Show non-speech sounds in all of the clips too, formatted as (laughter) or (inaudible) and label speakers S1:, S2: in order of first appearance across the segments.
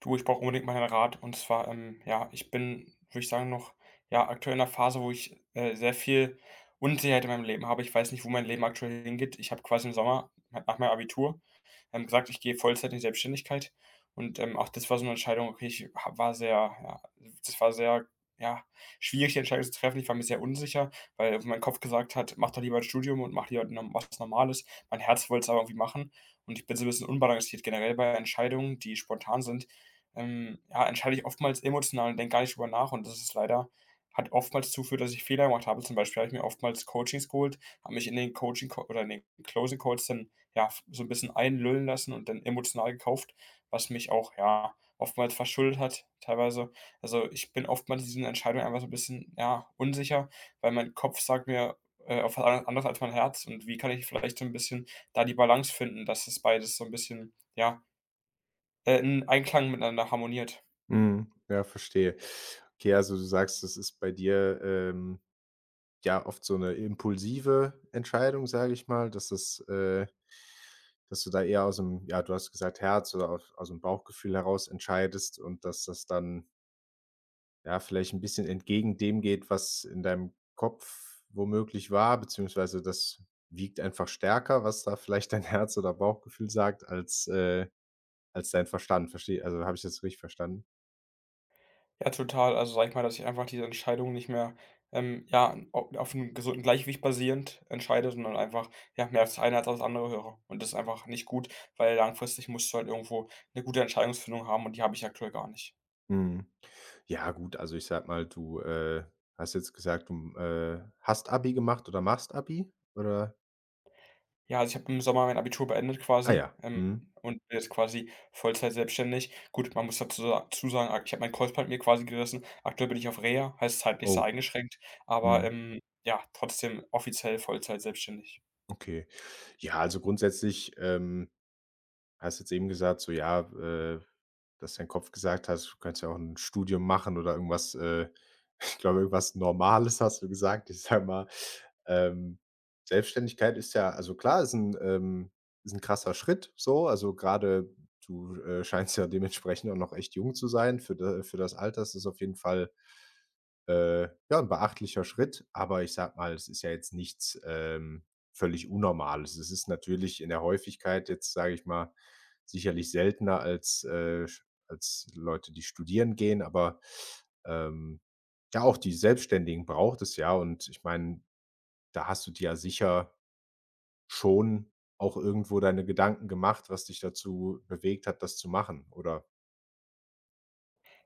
S1: Du, ich brauche unbedingt mal einen Rat. Und zwar, ja, ich bin, würde ich sagen, noch ja, aktuell in einer Phase, wo ich sehr viel Unsicherheit in meinem Leben habe. Ich weiß nicht, wo mein Leben aktuell hingeht. Ich habe quasi im Sommer nach meinem Abitur gesagt, ich gehe Vollzeit in die Selbstständigkeit. Und auch das war so eine Entscheidung, okay, war sehr, ja, das war sehr, ja, schwierig, die Entscheidung zu treffen. Ich war mir sehr unsicher, weil mein Kopf gesagt hat, mach doch lieber ein Studium und mach lieber was Normales. Mein Herz wollte es aber irgendwie machen. Und ich bin so ein bisschen unbalanciert generell bei Entscheidungen, die spontan sind, ja, entscheide ich oftmals emotional und denke gar nicht drüber nach, und das ist leider, hat oftmals zugeführt, dass ich Fehler gemacht habe. Zum Beispiel habe ich mir oftmals Coachings geholt, habe mich in den Coaching oder in den Closing Calls dann, ja, f so ein bisschen einlullen lassen und dann emotional gekauft, was mich auch, ja, oftmals verschuldet hat teilweise. Also, ich bin oftmals in diesen Entscheidungen einfach so ein bisschen, ja, unsicher, weil mein Kopf sagt mir, auf was an anderes als mein Herz, und wie kann ich vielleicht so ein bisschen da die Balance finden, dass das beides so ein bisschen, ja, in Einklang miteinander harmoniert?
S2: Mhm. Ja, verstehe. Okay, also du sagst, das ist bei dir, ja, oft so eine impulsive Entscheidung, sage ich mal, dass das, dass du da eher aus dem, ja, du hast gesagt, Herz oder aus'm Bauchgefühl heraus entscheidest und dass das dann, ja, vielleicht ein bisschen entgegen dem geht, was in deinem Kopf womöglich war, beziehungsweise das wiegt einfach stärker, was da vielleicht dein (laughs) Herz oder Bauchgefühl sagt, als als dein Verstand. Verstehe, also habe ich das richtig verstanden?
S1: Ja, total. Also, sag ich mal, dass ich einfach diese Entscheidung nicht mehr, ja, au auf einem gesunden Gleichgewicht basierend entscheide, sondern einfach, ja, mehr auf das eine als auf das andere höre. Und das ist einfach nicht gut, weil langfristig musst du halt irgendwo eine gute Entscheidungsfindung haben, und die habe ich aktuell gar nicht.
S2: Mhm. Ja gut, also ich sag mal, hast jetzt gesagt, hast Abi gemacht oder machst Abi? Oder
S1: Ja, also, ich habe im Sommer mein Abitur beendet
S2: ah
S1: quasi,
S2: ja, mhm.
S1: und bin jetzt quasi Vollzeit selbstständig. Gut, man muss dazu sa zu sagen, ak ich habe mein Kreuzband mir quasi gerissen. Aktuell bin ich auf Reha, heißt zeitlich sehr
S2: Oh,
S1: eingeschränkt, aber,
S2: mhm,
S1: ja, trotzdem offiziell Vollzeit selbstständig.
S2: okay. Ja, also grundsätzlich, hast jetzt eben gesagt, so ja, dass dein Kopf gesagt hat, du kannst ja auch ein Studium machen oder irgendwas, (laughs) ich glaube, irgendwas Normales hast du gesagt. Ich sage mal, ähm, Selbstständigkeit ist ja, also klar, ist ein ist ein krasser Schritt so. Also gerade du, scheinst ja dementsprechend auch noch echt jung zu sein. Für das Alter ist es auf jeden Fall äh, ja, ein beachtlicher Schritt, aber ich sag mal, es ist ja jetzt nichts, völlig Unnormales. Es ist natürlich in der Häufigkeit jetzt, sage ich mal, sicherlich seltener als, sch als Leute, die studieren gehen, aber, ähm, ja, auch die Selbstständigen braucht es ja und ich meine, da hast du dir ja sicher schon auch irgendwo deine Gedanken gemacht, was dich dazu bewegt hat, das zu machen, oder?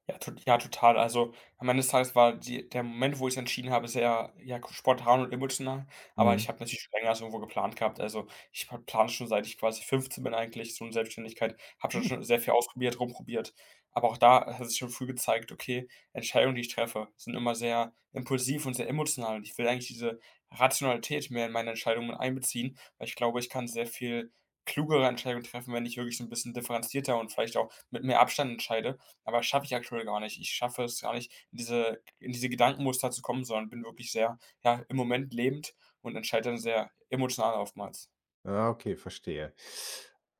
S1: Ja, total. Also, am Ende des Tages war die der Moment, wo ich's entschieden habe, sehr, ja, spontan und emotional, aber ich
S2: Mhm.
S1: habe natürlich schon länger so irgendwo geplant gehabt. Also, ich habe plane schon, seit ich quasi 15 bin eigentlich, so 'ne Selbstständigkeit, habe schon
S2: Mhm.
S1: schon sehr viel ausprobiert, rumprobiert. Aber auch da hat sich schon früh gezeigt, okay, Entscheidungen, die ich treffe, sind immer sehr impulsiv und sehr emotional, und ich will eigentlich diese Rationalität mehr in meine Entscheidungen einbeziehen, weil ich glaube, ich kann sehr viel klugere Entscheidungen treffen, wenn ich wirklich so 'n bisschen differenzierter und vielleicht auch mit mehr Abstand entscheide, aber schaffe ich aktuell gar nicht. Ich schaffe es gar nicht, in diese Gedankenmuster zu kommen, sondern bin wirklich sehr, ja, im Moment lebend und entscheide dann sehr emotional oftmals.
S2: Ah, okay, verstehe.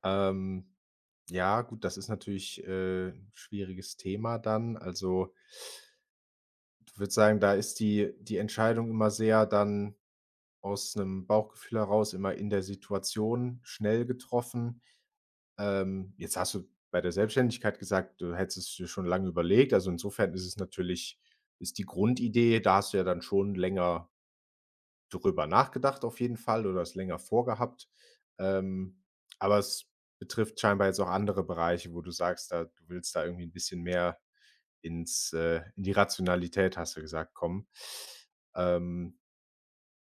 S2: Ähm, ja, gut, das ist natürlich, 'n schwieriges Thema dann. Also, ich würde sagen, da ist die Entscheidung immer sehr dann aus einem Bauchgefühl heraus, immer in der Situation schnell getroffen. Jetzt hast du bei der Selbstständigkeit gesagt, du hättest es dir schon lange überlegt. Also, insofern ist es natürlich ist die Grundidee, da hast du ja dann schon länger drüber nachgedacht auf jeden Fall oder es länger vorgehabt, ähm, aber es betrifft scheinbar jetzt auch andere Bereiche, wo du sagst, da du willst da irgendwie ein bisschen mehr ins in die Rationalität, hast du gesagt, kommen. Ähm,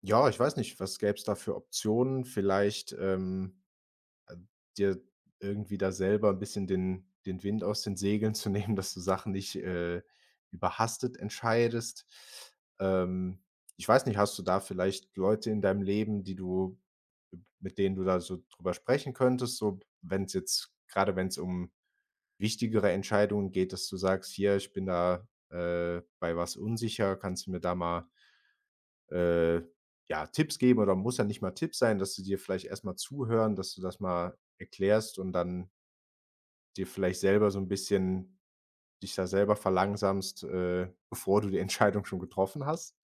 S2: ja, ich weiß nicht, was gäb's da für Optionen? Vielleicht, äh, dir irgendwie da selber ein bisschen den Wind aus den Segeln zu (laughs) nehmen, dass du Sachen nicht, überhastet entscheidest. Ähm, ich weiß nicht, hast du da vielleicht Leute in deinem Leben, die du mit denen du da so drüber sprechen könntest, so wenn's jetzt grade wenn's um wichtigere Entscheidungen geht, dass du sagst: „Hier, ich bin da, bei was unsicher, kannst du mir da mal äh, ja, Tipps geben oder muss ja nicht mal Tipps sein, dass sie dir vielleicht erst mal zuhören, dass du das mal erklärst und dann dir vielleicht selber so ein bisschen dich da selber verlangsamst, bevor du die (laughs) Entscheidung schon getroffen hast?“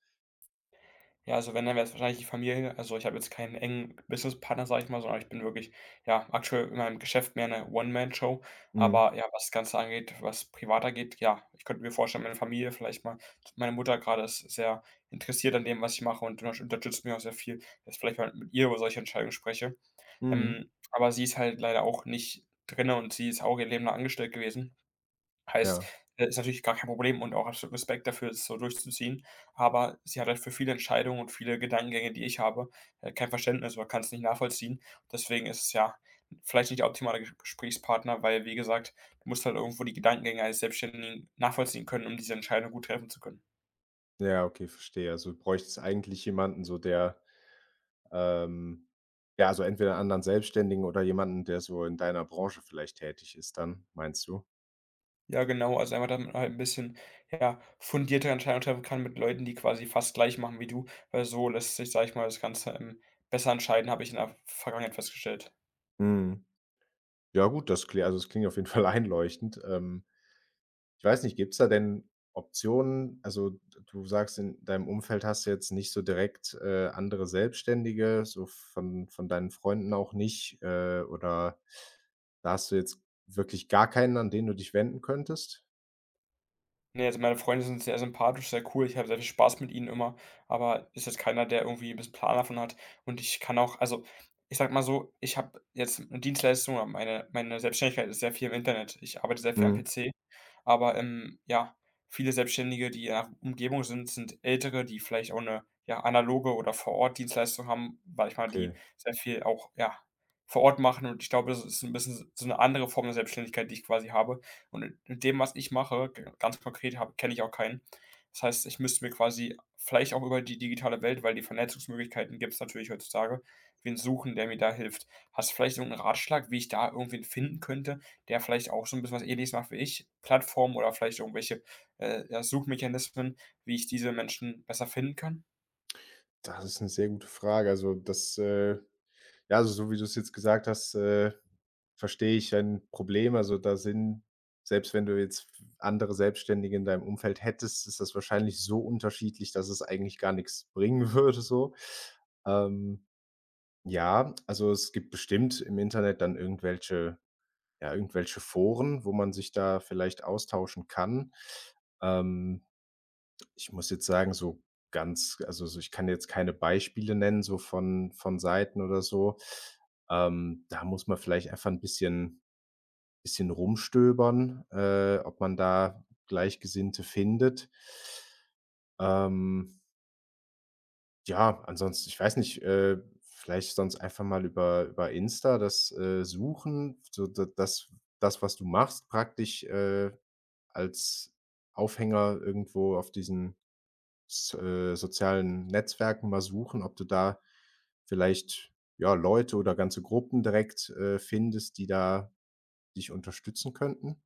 S1: Ja, also wenn, dann wär's wahrscheinlich die Familie. Also, ich habe jetzt keinen engen Businesspartner, sage ich mal, sondern ich bin wirklich, ja, aktuell in meinem Geschäft mehr eine One-Man-Show.
S2: Mhm,
S1: Aber ja, was das Ganze angeht, was privat angeht, ja, ich könnte mir vorstellen, meine Familie vielleicht mal, meine Mutter gerade ist sehr interessiert an dem, was ich mache, und unterstützt mich auch sehr viel, dass vielleicht mal mit ihr über solche Entscheidungen spreche.
S2: mhm.
S1: Aber sie ist halt leider auch nicht drin, und sie ist auch ihr Leben lang angestellt gewesen. Heißt,
S2: Ja,
S1: ist natürlich gar kein Problem und auch absolut Respekt dafür, es so durchzuziehen. Aber sie hat halt für viele Entscheidungen und viele Gedankengänge, die ich habe, kein Verständnis oder kann es nicht nachvollziehen. Deswegen ist es ja vielleicht nicht der optimale Gesprächspartner, weil, wie gesagt, du musst halt irgendwo die Gedankengänge eines Selbstständigen nachvollziehen können, um diese Entscheidung gut treffen zu können.
S2: ja, okay, verstehe. Also, du bräuchtest eigentlich jemanden so, der, ähm, ja, also entweder 'n anderen Selbstständigen oder jemanden, der so in deiner Branche vielleicht tätig ist dann, meinst du?
S1: Ja, genau, also einfach, damit man halt ein bisschen, ja, fundierte Entscheidungen treffen kann mit Leuten, die quasi fast gleich machen wie du, weil so lässt sich, sage ich mal, das Ganze, besser entscheiden, habe ich in der Vergangenheit festgestellt.
S2: Mhm. Ja gut, das klingt, also, das klingt auf jeden (laughs) Fall einleuchtend. Ähm, ich weiß nicht, gibt es da denn Optionen? Also, d du sagst, in deinem Umfeld hast du jetzt nicht so direkt, andere Selbstständige, so von deinen Freunden auch nicht, oder da hast du jetzt wirklich gar keinen, an den du dich wenden könntest?
S1: Ne, also meine Freunde sind sehr sympathisch, sehr cool. Ich habe sehr viel Spaß mit ihnen immer, aber ist jetzt keiner, der irgendwie ein bisschen Plan davon hat. Und ich kann auch, also, ich sage mal so, ich habe jetzt eine Dienstleistung, aber meine Selbstständigkeit ist sehr viel im Internet. Ich arbeite sehr viel am
S2: Mhm,
S1: PC. Aber, ja, viele Selbstständige, die in 'ner Umgebung sind, sind Ältere, die vielleicht auch eine, ja, analoge oder Vor-Ort-Dienstleistung haben, weil ich mal, die
S2: okay.
S1: sehr viel auch, ja, vor Ort machen, und ich glaube, das ist ein bisschen so eine andere Form der Selbstständigkeit, die ich quasi habe. Und in dem, was ich mache, g ganz konkret habe kenne ich auch keinen. Das heißt, ich müsste mir quasi vielleicht auch über die digitale Welt, weil die Vernetzungsmöglichkeiten gibt es natürlich heutzutage, wen suchen, der mir da hilft. Hast du vielleicht irgend 'n Ratschlag, wie ich da irgendwen finden könnte, der vielleicht auch so ein bisschen was Ähnliches macht wie ich, Plattformen oder vielleicht irgendwelche, ja, Suchmechanismen, wie ich diese Menschen besser finden kann?
S2: Das ist eine sehr gute Frage. Also, das, äh, ja, also so wie du es jetzt gesagt hast, verstehe ich ein Problem. Also, da sind, selbst wenn du jetzt andere Selbstständige in deinem Umfeld hättest, ist das wahrscheinlich so unterschiedlich, dass es eigentlich gar nichts bringen (laughs) würde so. Ähm, ja, also es gibt bestimmt im Internet dann irgendwelche ja, irgendwelche Foren, wo man sich da vielleicht austauschen kann. Ähm, ich muss jetzt sagen, so ganz, also so ich kann jetzt keine Beispiele nennen, so von Seiten oder so. Da muss man vielleicht einfach ein bisschen rumstöbern, ob man da Gleichgesinnte findet. Ähm, ja, ansonsten ich weiß nicht, vielleicht sonst einfach mal über Insta das, suchen, so da das das, was du machst, praktisch, als Aufhänger irgendwo auf diesen s sozialen Netzwerken mal suchen, ob du da vielleicht, ja, Leute oder ganze Gruppen direkt, findest, die da dich unterstützen könnten?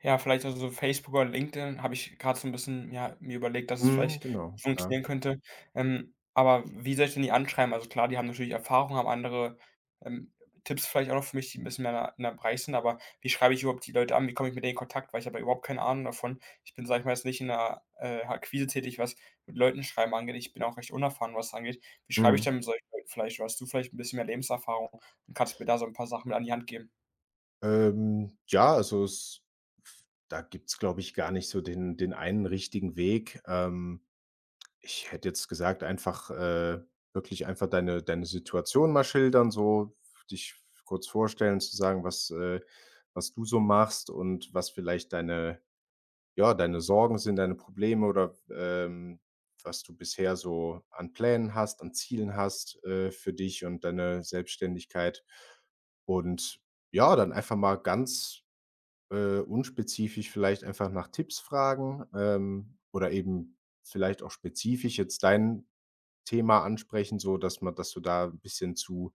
S1: Ja, vielleicht also so Facebook oder LinkedIn habe ich gerade so 'n bisschen, ja, mir überlegt, dass es
S2: Mhm,
S1: vielleicht
S2: genau, ja.
S1: funktionieren könnte. Aber wie soll ich denn die anschreiben? Also klar, die haben natürlich Erfahrung, haben andere, ähm, Tipps vielleicht auch noch für mich, die 'n bisschen mehr in deinem Bereich sind, aber wie schreibe ich überhaupt die Leute an? Wie komme ich mit denen in Kontakt? Weil ich habe ja überhaupt keine Ahnung davon. Ich bin, sage ich mal, jetzt nicht in der, Akquise tätig, was mit Leuten schreiben angeht. Ich bin auch recht unerfahren, was das angeht. Wie schreibe ich
S2: Mhm.
S1: denn mit solchen Leuten vielleicht? Oder hast du vielleicht 'n bisschen mehr Lebenserfahrung und kannst mir da so 'n paar Sachen mit an die Hand geben?
S2: Ja, also es da gibt's, glaube ich, gar nicht so den einen richtigen Weg. Ich hätte jetzt gesagt, einfach, äh, wirklich einfach deine Situation mal schildern, so dich kurz vorstellen, zu sagen, was was du so machst und was vielleicht deine ja, deine Sorgen sind, deine Probleme oder, was du bisher so an Plänen hast, an Zielen hast, für dich und deine Selbstständigkeit. Und ja, dann einfach mal ganz, unspezifisch vielleicht einfach nach Tipps fragen, oder eben vielleicht auch spezifisch jetzt dein Thema ansprechen, so dass man, dass du da ein bisschen zu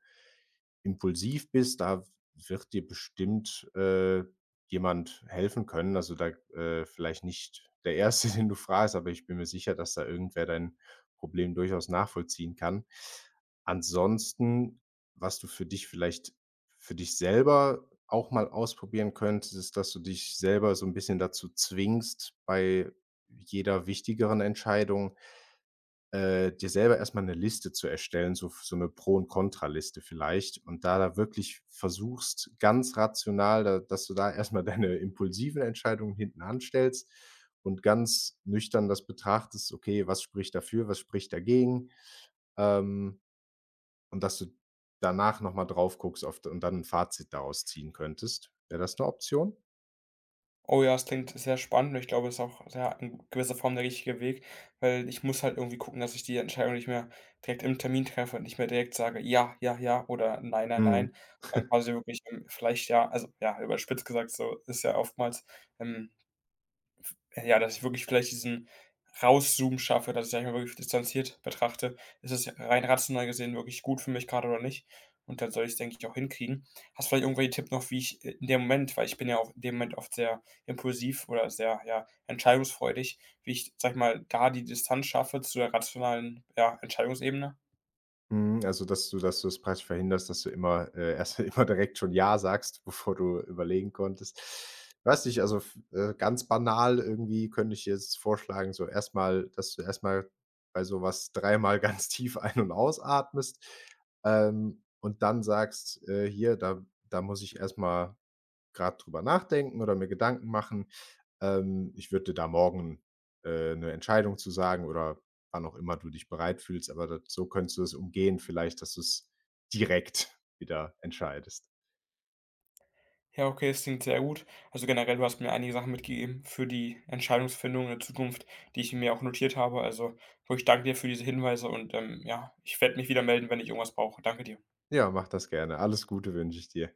S2: impulsiv bist, da wird dir bestimmt, jemand helfen können. Also, da vielleicht nicht der erste, (laughs) den du fragst, aber ich bin mir sicher, dass da irgendwer dein Problem durchaus nachvollziehen kann. Ansonsten, was du für dich vielleicht für dich selber auch mal ausprobieren könntest, ist, dass du dich selber so ein bisschen dazu zwingst, bei jeder wichtigeren Entscheidung dir selber erstmal eine Liste zu erstellen, so so eine Pro- und Kontraliste vielleicht und da wirklich versuchst, ganz rational da, dass du da erstmal (laughs) deine impulsiven Entscheidungen hinten anstellst und ganz nüchtern das betrachtest: „Okay, was spricht dafür, was spricht dagegen?“ Ähm, und dass du danach noch mal drauf guckst auf und dann ein Fazit daraus ziehen könntest. Wäre das eine Option?
S1: Oh ja, es klingt sehr spannend, und ich glaube, es ist auch sehr in gewisser Form der richtige Weg, weil ich muss halt irgendwie gucken, dass ich die Entscheidung nicht mehr direkt im Termin treffe und nicht mehr direkt sage: „Ja, ja, ja“ oder „Nein, nein,
S2: Mhm.
S1: nein“, und quasi wirklich, vielleicht ja, also, ja, überspitzt gesagt so ist ja oftmals, ähm ja, dass ich wirklich vielleicht diesen Rauszoom schaffe, dass ich, sage ich mal, wirklich distanziert betrachte. Ist es rein rational gesehen wirklich gut für mich gerade oder nicht? Und dann soll ich's, denke ich, auch hinkriegen. Hast vielleicht irgendwelche Tipp noch, wie ich, in dem Moment, weil ich bin ja auch in dem Moment oft sehr impulsiv oder sehr, ja, entscheidungsfreudig, wie ich, sage ich mal, da die Distanz schaffe zu der rationalen, ja, Entscheidungsebene?
S2: Mhm, also, dass du es praktisch verhinderst, dass du immer erst (laughs) immer direkt schon „ja“ sagst, bevor du überlegen konntest. Weiß nicht, also, f ganz banal irgendwie könnte ich jetzt vorschlagen, so erstmal, dass du erstmal bei sowas dreimal (laughs) ganz tief ein und ausatmest, und dann sagst: hier, da muss ich erstmal gerade drüber nachdenken oder mir Gedanken machen. Ich würde dir da morgen, 'ne Entscheidung zu sagen oder wann auch immer du dich bereit fühlst“, aber das so könntest du es umgehen vielleicht, dass du es direkt (laughs) wieder entscheidest.
S1: Ja, okay, das klingt sehr gut. Also generell, du hast mir einige Sachen mitgegeben für die Entscheidungsfindung in der Zukunft, die ich mir auch notiert habe. Also, wirklich danke dir für diese Hinweise, und ja, ich werde mich wieder melden, wenn ich irgendwas brauche. Danke dir.
S2: Ja, mach das gerne. Alles Gute wünsche ich dir.